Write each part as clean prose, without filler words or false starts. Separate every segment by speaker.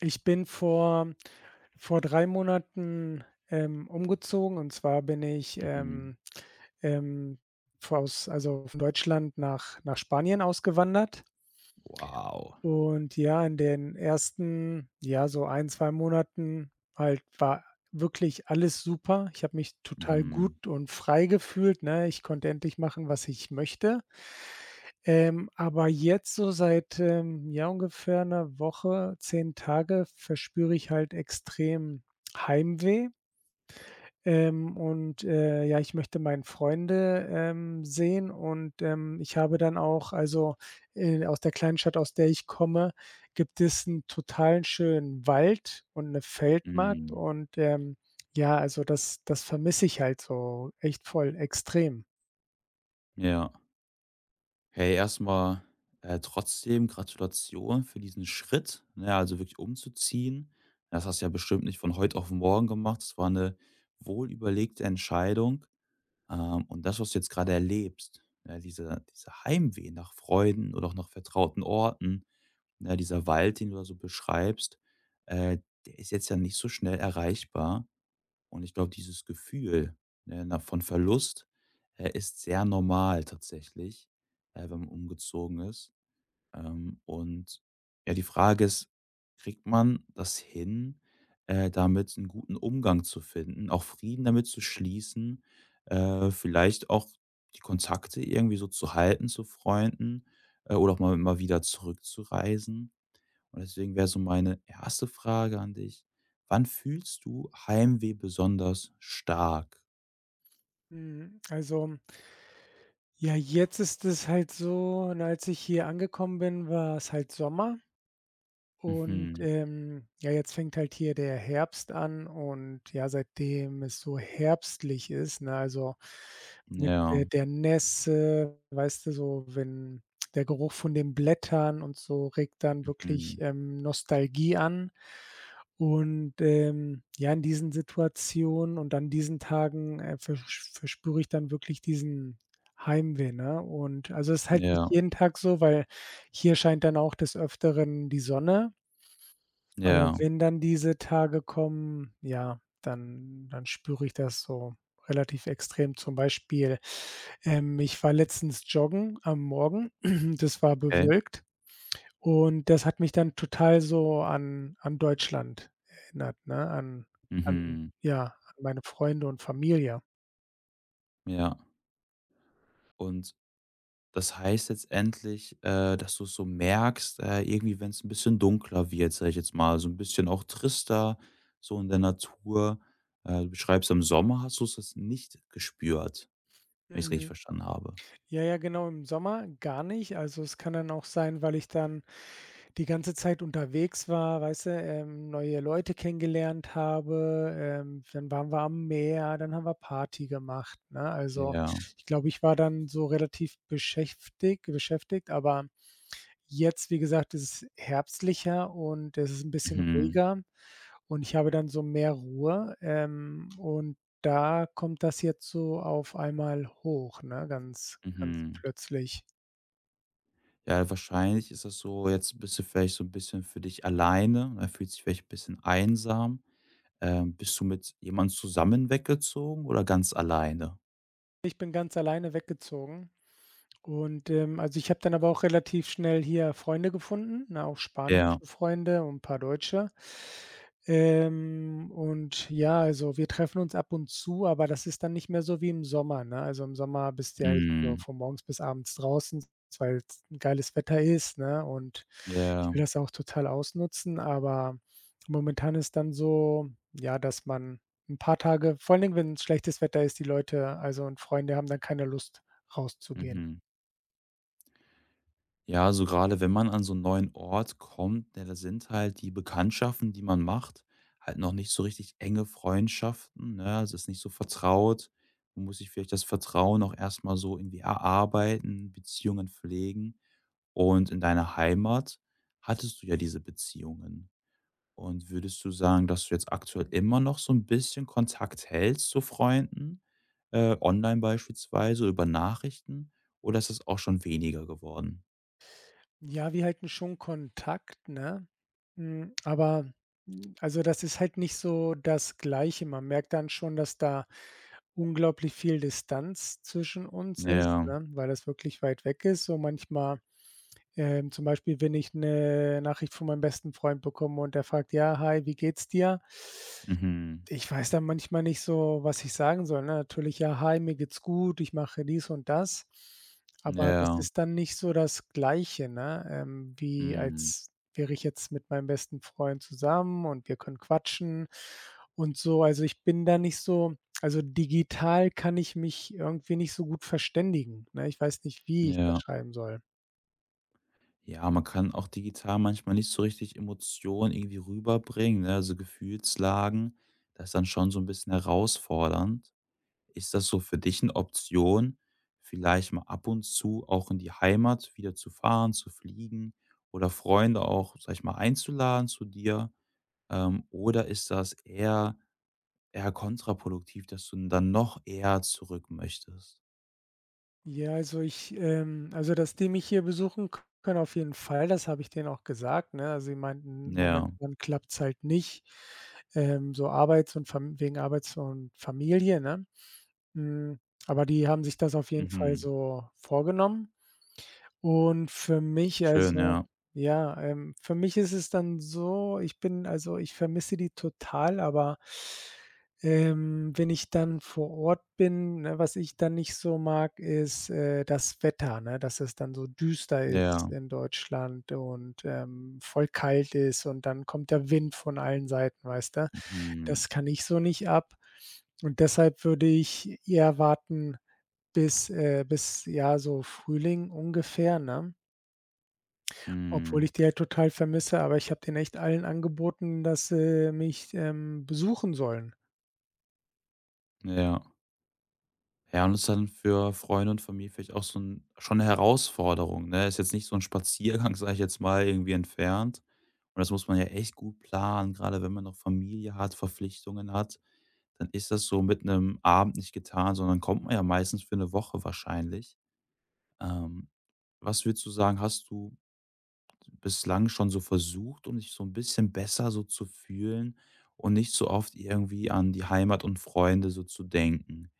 Speaker 1: Ich bin vor 3 Monaten, umgezogen, und zwar bin ich,
Speaker 2: Mhm.
Speaker 1: ähm, vor aus also von Deutschland nach Spanien ausgewandert,
Speaker 2: Wow.
Speaker 1: und ja, in den ersten, ja, so ein 2 Monaten halt war wirklich alles super. Ich habe mich total
Speaker 2: Mhm.
Speaker 1: gut und frei gefühlt, ne? Ich konnte endlich machen, was ich möchte. Aber jetzt so seit, ja, ungefähr einer Woche, 10 Tage, verspüre ich halt extrem Heimweh. Und, ja, ich möchte meine Freunde, sehen, und, ich habe dann auch, also, aus der kleinen Stadt, aus der ich komme, gibt es einen totalen schönen Wald und eine Feldmarkt,
Speaker 2: Mhm.
Speaker 1: und, ja, also, das vermisse ich halt so echt voll extrem.
Speaker 2: Ja. Hey, erstmal trotzdem Gratulation für diesen Schritt, ne, also wirklich umzuziehen. Das hast du ja bestimmt nicht von heute auf morgen gemacht. Das war eine wohlüberlegte Entscheidung. Und das, was du jetzt gerade erlebst, ja, dieser Heimweh nach Freunden oder auch nach vertrauten Orten, ne, dieser Wald, den du da so beschreibst, äh, der ist jetzt ja nicht so schnell erreichbar. Und ich glaube, dieses Gefühl, ne, na von Verlust, ist sehr normal tatsächlich, wenn man umgezogen ist. Und ja, die Frage ist, kriegt man das hin, damit einen guten Umgang zu finden, auch Frieden damit zu schließen, vielleicht auch die Kontakte irgendwie so zu halten zu Freunden, oder auch mal wieder zurückzureisen? Und deswegen wäre so meine erste Frage an dich: Wann fühlst du Heimweh besonders stark?
Speaker 1: Mhm, also, ja, jetzt ist es halt so, und als ich hier angekommen bin, war es halt Sommer, und,
Speaker 2: Mhm.
Speaker 1: ja, jetzt fängt halt hier der Herbst an, und ja, seitdem es so herbstlich ist, ne, also mit,
Speaker 2: Ja.
Speaker 1: der Nässe, weißt du, so, wenn der Geruch von den Blättern und so, regt dann wirklich,
Speaker 2: Mhm.
Speaker 1: Nostalgie an. Und, ja, in diesen Situationen und an diesen Tagen, versch verspüre ich dann wirklich diesen Heimweh, ne? Und also, es ist halt nicht
Speaker 2: Ja.
Speaker 1: jeden Tag so, weil hier scheint dann auch des Öfteren die Sonne. Aber
Speaker 2: Ja.
Speaker 1: wenn dann diese Tage kommen, ja, dann spüre ich das so relativ extrem. Zum Beispiel, ich war letztens joggen am Morgen, das war
Speaker 2: Okay.
Speaker 1: bewölkt, und das hat mich dann total so an Deutschland erinnert, ne, an an
Speaker 2: Mhm.
Speaker 1: ja, an meine Freunde und Familie.
Speaker 2: Ja. Und das heißt letztendlich, dass du es so merkst, irgendwie, wenn es ein bisschen dunkler wird, sage ich jetzt mal, so ein bisschen auch trister, so in der Natur. Du beschreibst, im Sommer hast du's jetzt nicht gespürt, wenn ich's richtig
Speaker 1: Mhm.
Speaker 2: verstanden habe.
Speaker 1: Ja, ja, genau, im Sommer gar nicht. Also, es kann dann auch sein, weil ich dann die ganze Zeit unterwegs war, weißt du, neue Leute kennengelernt habe, dann waren wir am Meer, dann haben wir Party gemacht, ne? Also,
Speaker 2: Ja.
Speaker 1: ich glaube, ich war dann so relativ beschäftigt beschäftigt, aber jetzt, wie gesagt, ist es herbstlicher und es ist ein bisschen
Speaker 2: Mhm.
Speaker 1: ruhiger, und ich habe dann so mehr Ruhe, und da kommt das jetzt so auf einmal hoch, ne, ganz ganz
Speaker 2: Mhm.
Speaker 1: plötzlich.
Speaker 2: Ja, wahrscheinlich ist das so, jetzt bist du vielleicht so ein bisschen für dich alleine, ne, fühlt sich vielleicht ein bisschen einsam. Bist du mit jemand zusammen weggezogen oder ganz alleine?
Speaker 1: Ich bin ganz alleine weggezogen. Und, also, ich habe dann aber auch relativ schnell hier Freunde gefunden, ne, auch
Speaker 2: Ja,
Speaker 1: spanische Freunde und ein paar Deutsche. Und ja, also, wir treffen uns ab und zu, aber das ist dann nicht mehr so wie im Sommer, ne? Also, im Sommer bist du ja echt so
Speaker 2: mhm,
Speaker 1: von morgens bis abends draußen, weil's 'n geiles Wetter ist, ne? Und ich
Speaker 2: ja,
Speaker 1: will das auch total ausnutzen, aber momentan ist dann so, ja, dass man ein paar Tage, vor allen Dingen, wenn schlechtes Wetter ist, die Leute, also, und Freunde haben dann keine Lust, rauszugehen.
Speaker 2: mhm. Ja, also gerade wenn man an so einen neuen Ort kommt, ne, da sind halt die Bekanntschaften, die man macht, halt noch nicht so richtig enge Freundschaften, ne? Also, es ist nicht so vertraut. Man muss sich vielleicht das Vertrauen auch erstmal so irgendwie erarbeiten, Beziehungen pflegen. Und in deiner Heimat hattest du ja diese Beziehungen. Und würdest du sagen, dass du jetzt aktuell immer noch so ein bisschen Kontakt hältst zu Freunden, online beispielsweise, über Nachrichten, oder ist das auch schon weniger geworden?
Speaker 1: Ja, wir halten schon Kontakt, ne? Hm, aber hm, also, das ist halt nicht so das Gleiche. Man merkt dann schon, dass da unglaublich viel Distanz zwischen uns ist,
Speaker 2: Ja,
Speaker 1: ne, weil das wirklich weit weg ist. So manchmal, zum Beispiel, wenn ich eine Nachricht von meinem besten Freund bekomme und der fragt: „Ja, hi, wie geht's dir?“,
Speaker 2: mhm,
Speaker 1: ich weiß da manchmal nicht so, was ich sagen soll, ne? Natürlich: „Ja, hi, mir geht's gut, ich mache dies und das.“ Aber das
Speaker 2: ja,
Speaker 1: ist dann nicht so das Gleiche, ne, wie
Speaker 2: mhm,
Speaker 1: als wäre ich jetzt mit meinem besten Freund zusammen und wir können quatschen und so. Also, ich bin da nicht so, also, digital kann ich mich irgendwie nicht so gut verständigen, ne? Ich weiß nicht, wie ich das
Speaker 2: ja.
Speaker 1: schreiben soll.
Speaker 2: Ja, man kann auch digital manchmal nicht so richtig Emotionen irgendwie rüberbringen, ne, also Gefühlslagen. Das ist dann schon so ein bisschen herausfordernd. Ist das so für dich eine Option, vielleicht mal ab und zu auch in die Heimat wieder zu fahren, zu fliegen oder Freunde auch, sage ich mal, einzuladen zu dir? Oder ist das eher kontraproduktiv, dass du dann noch eher zurück möchtest?
Speaker 1: Ja, also, ich also, dass die mich hier besuchen k können, auf jeden Fall, das habe ich denen auch gesagt, ne? Also, sie meinten,
Speaker 2: Ja,
Speaker 1: momentan klappt es halt nicht, so Arbeits und Fam wegen Arbeits und Familie, ne? Hm, aber die haben sich das auf jeden Fall
Speaker 2: mhm.
Speaker 1: so vorgenommen. Und für mich,
Speaker 2: Schön,
Speaker 1: also,
Speaker 2: ja.
Speaker 1: ja, für mich ist es dann so, ich bin also, ich vermisse die total, aber, wenn ich dann vor Ort bin, ne, was ich dann nicht so mag, ist, das Wetter, ne, dass es dann so düster ist
Speaker 2: Ja,
Speaker 1: in Deutschland, und, voll kalt ist, und dann kommt der Wind von allen Seiten, weißt du?
Speaker 2: mhm,
Speaker 1: Das kann ich so nicht ab. Und deshalb würde ich eher warten bis, ja, so Frühling ungefähr, ne? Obwohl
Speaker 2: mhm,
Speaker 1: ich die halt total vermisse, aber ich habe denen echt allen angeboten, dass sie mich, besuchen sollen.
Speaker 2: ja. Ja, und das ist dann für Freunde und Familie vielleicht auch so ein schon 'ne Herausforderung, ne? Ist jetzt nicht so ein Spaziergang, sage ich jetzt mal, irgendwie entfernt. Und das muss man ja echt gut planen, gerade wenn man noch Familie hat, Verpflichtungen hat, dann ist das so mit einem Abend nicht getan, sondern kommt man ja meistens für eine Woche wahrscheinlich. Ähm, was würdest du sagen, hast du bislang schon so versucht, um dich so ein bisschen besser so zu fühlen und nicht so oft irgendwie an die Heimat und Freunde so zu denken?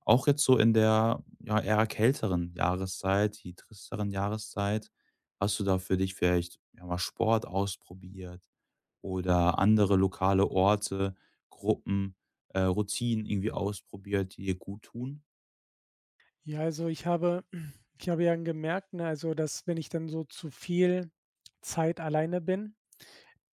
Speaker 2: Auch jetzt so in der, ja, eher kälteren Jahreszeit, die tristeren Jahreszeit, hast du da für dich vielleicht, ja, mal Sport ausprobiert oder andere lokale Orte, Gruppen, Routinen irgendwie ausprobiert, die dir gut tun?
Speaker 1: Ja, also, ich habe ich habe ja gemerkt, ne, also, dass wenn ich dann so zu viel Zeit alleine bin,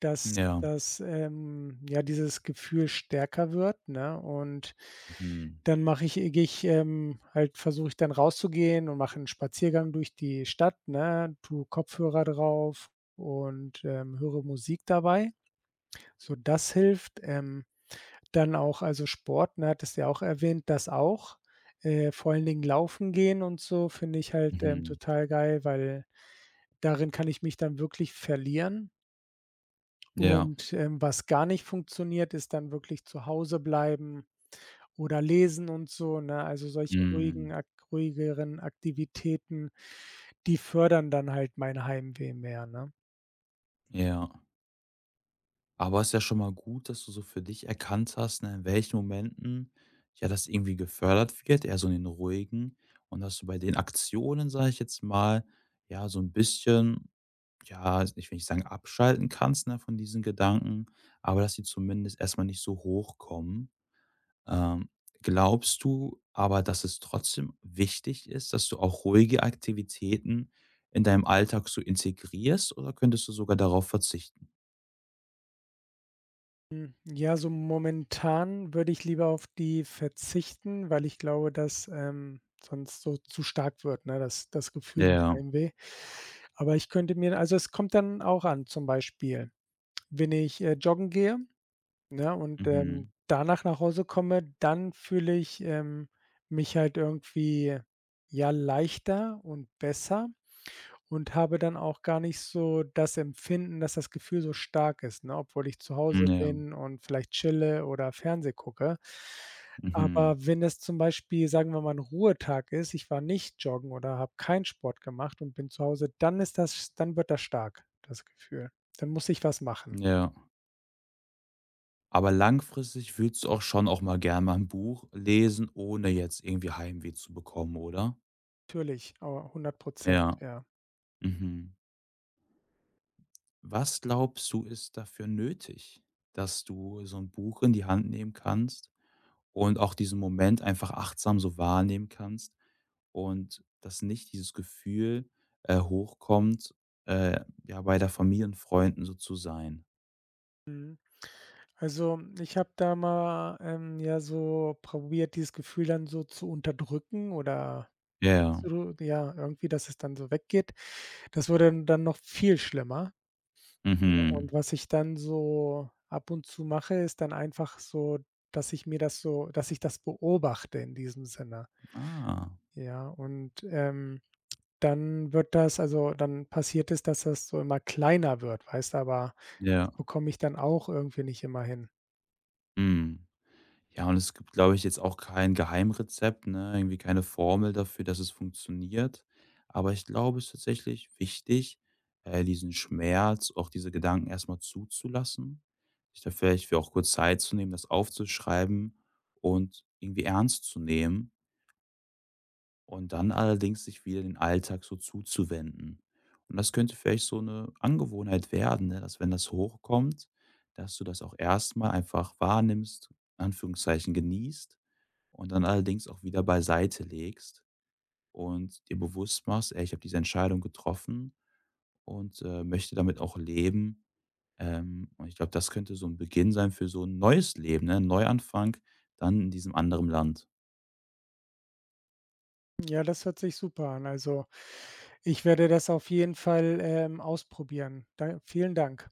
Speaker 1: dass
Speaker 2: Ja.
Speaker 1: dass, ja, dieses Gefühl stärker wird, ne? Und
Speaker 2: Mhm.
Speaker 1: dann mache ich gehe ich, halt, versuche ich dann rauszugehen und mache 'n Spaziergang durch die Stadt, ne, tue Kopfhörer drauf, und, höre Musik dabei. So, das hilft. Dann auch, also, Sport, ne, hattest du ja auch erwähnt, das auch. Vor allen Dingen Laufen gehen und so finde ich halt,
Speaker 2: Mhm.
Speaker 1: total geil, weil darin kann ich mich dann wirklich verlieren.
Speaker 2: Ja.
Speaker 1: Und, was gar nicht funktioniert, ist dann wirklich zu Hause bleiben oder lesen und so, ne? Also, solche ruhigen
Speaker 2: Mhm.
Speaker 1: ak ruhigeren Aktivitäten, die fördern dann halt mein Heimweh mehr, ne?
Speaker 2: Ja. Aber es ist ja schon mal gut, dass du so für dich erkannt hast, ne, in welchen Momenten ja das irgendwie gefördert wird, eher so in den ruhigen, und dass du bei den Aktionen, sage ich jetzt mal, ja, so ein bisschen, ja, also ich will nicht sagen abschalten kannst, ne, von diesen Gedanken, aber dass die zumindest erstmal nicht so hochkommen. Ähm, glaubst du aber, dass es trotzdem wichtig ist, dass du auch ruhige Aktivitäten in deinem Alltag so integrierst oder könntest du sogar darauf verzichten?
Speaker 1: Hm, ja, so momentan würde ich lieber auf die verzichten, weil ich glaube, dass, sonst so zu stark wird, ne, das Gefühl mit
Speaker 2: Ja,
Speaker 1: Heimweh. Aber ich könnte mir, also, es kommt dann auch an, zum Beispiel, wenn ich, joggen gehe, ne, und,
Speaker 2: mhm.
Speaker 1: danach nach Hause komme, dann fühle ich, mich halt irgendwie, ja, leichter und besser. Und habe dann auch gar nicht so das Empfinden, dass das Gefühl so stark ist, ne, obwohl ich zu
Speaker 2: Hm,
Speaker 1: Hause
Speaker 2: ja.
Speaker 1: bin und vielleicht chille oder Fernseh gucke.
Speaker 2: Mhm.
Speaker 1: Aber wenn das, zum Beispiel, sagen wir mal, ein Ruhetag ist, ich war nicht joggen oder habe keinen Sport gemacht und bin zu Hause, dann wird das stark, das Gefühl. Dann muss ich was machen.
Speaker 2: Ja. Aber langfristig würdest du auch schon auch mal gern mal 'n Buch lesen, ohne jetzt irgendwie Heimweh zu bekommen, oder?
Speaker 1: Natürlich, aber 100%,
Speaker 2: Ja.
Speaker 1: ja.
Speaker 2: Mhm. Was glaubst du, ist dafür nötig, dass du so 'n Buch in die Hand nehmen kannst und auch diesen Moment einfach achtsam so wahrnehmen kannst und dass nicht dieses Gefühl, hochkommt, ja, bei der Familie und Freunden so zu sein?
Speaker 1: Also, ich habe da mal, ja, so probiert, dieses Gefühl dann so zu unterdrücken oder
Speaker 2: Ja.
Speaker 1: wegzu ja, irgendwie, dass es dann so weggeht. Das wurde dann noch viel schlimmer. Ja,
Speaker 2: Mhm.
Speaker 1: und was ich dann so ab und zu mache, ist dann einfach so, dass ich das beobachte, in diesem Sinne.
Speaker 2: Ah.
Speaker 1: Ja, und, dann wird das, also, dann passiert es, dass das so immer kleiner wird, weißt, aber das
Speaker 2: Ja.
Speaker 1: bekomme ich dann auch irgendwie nicht immer hin.
Speaker 2: Mhm. Ja, und es gibt, glaube ich, jetzt auch kein Geheimrezept, ne? Irgendwie keine Formel dafür, dass es funktioniert. Aber ich glaube, es ist tatsächlich wichtig, diesen Schmerz, auch diese Gedanken erstmal zuzulassen, sich da vielleicht für auch kurz Zeit zu nehmen, das aufzuschreiben und irgendwie ernst zu nehmen und dann allerdings sich wieder den Alltag so zuzuwenden. Und das könnte vielleicht so eine Angewohnheit werden, ne? Dass wenn das hochkommt, dass du das auch erstmal einfach wahrnimmst, in Anführungszeichen genießt und dann allerdings auch wieder beiseite legst und dir bewusst machst: „Ey, ich habe diese Entscheidung getroffen und, möchte damit auch leben.“ und ich glaube, das könnte so ein Beginn sein für so ein neues Leben, ne? 'N Neuanfang dann in diesem anderen Land.
Speaker 1: Ja, das hört sich super an. Also, ich werde das auf jeden Fall, ausprobieren. Da vielen Dank.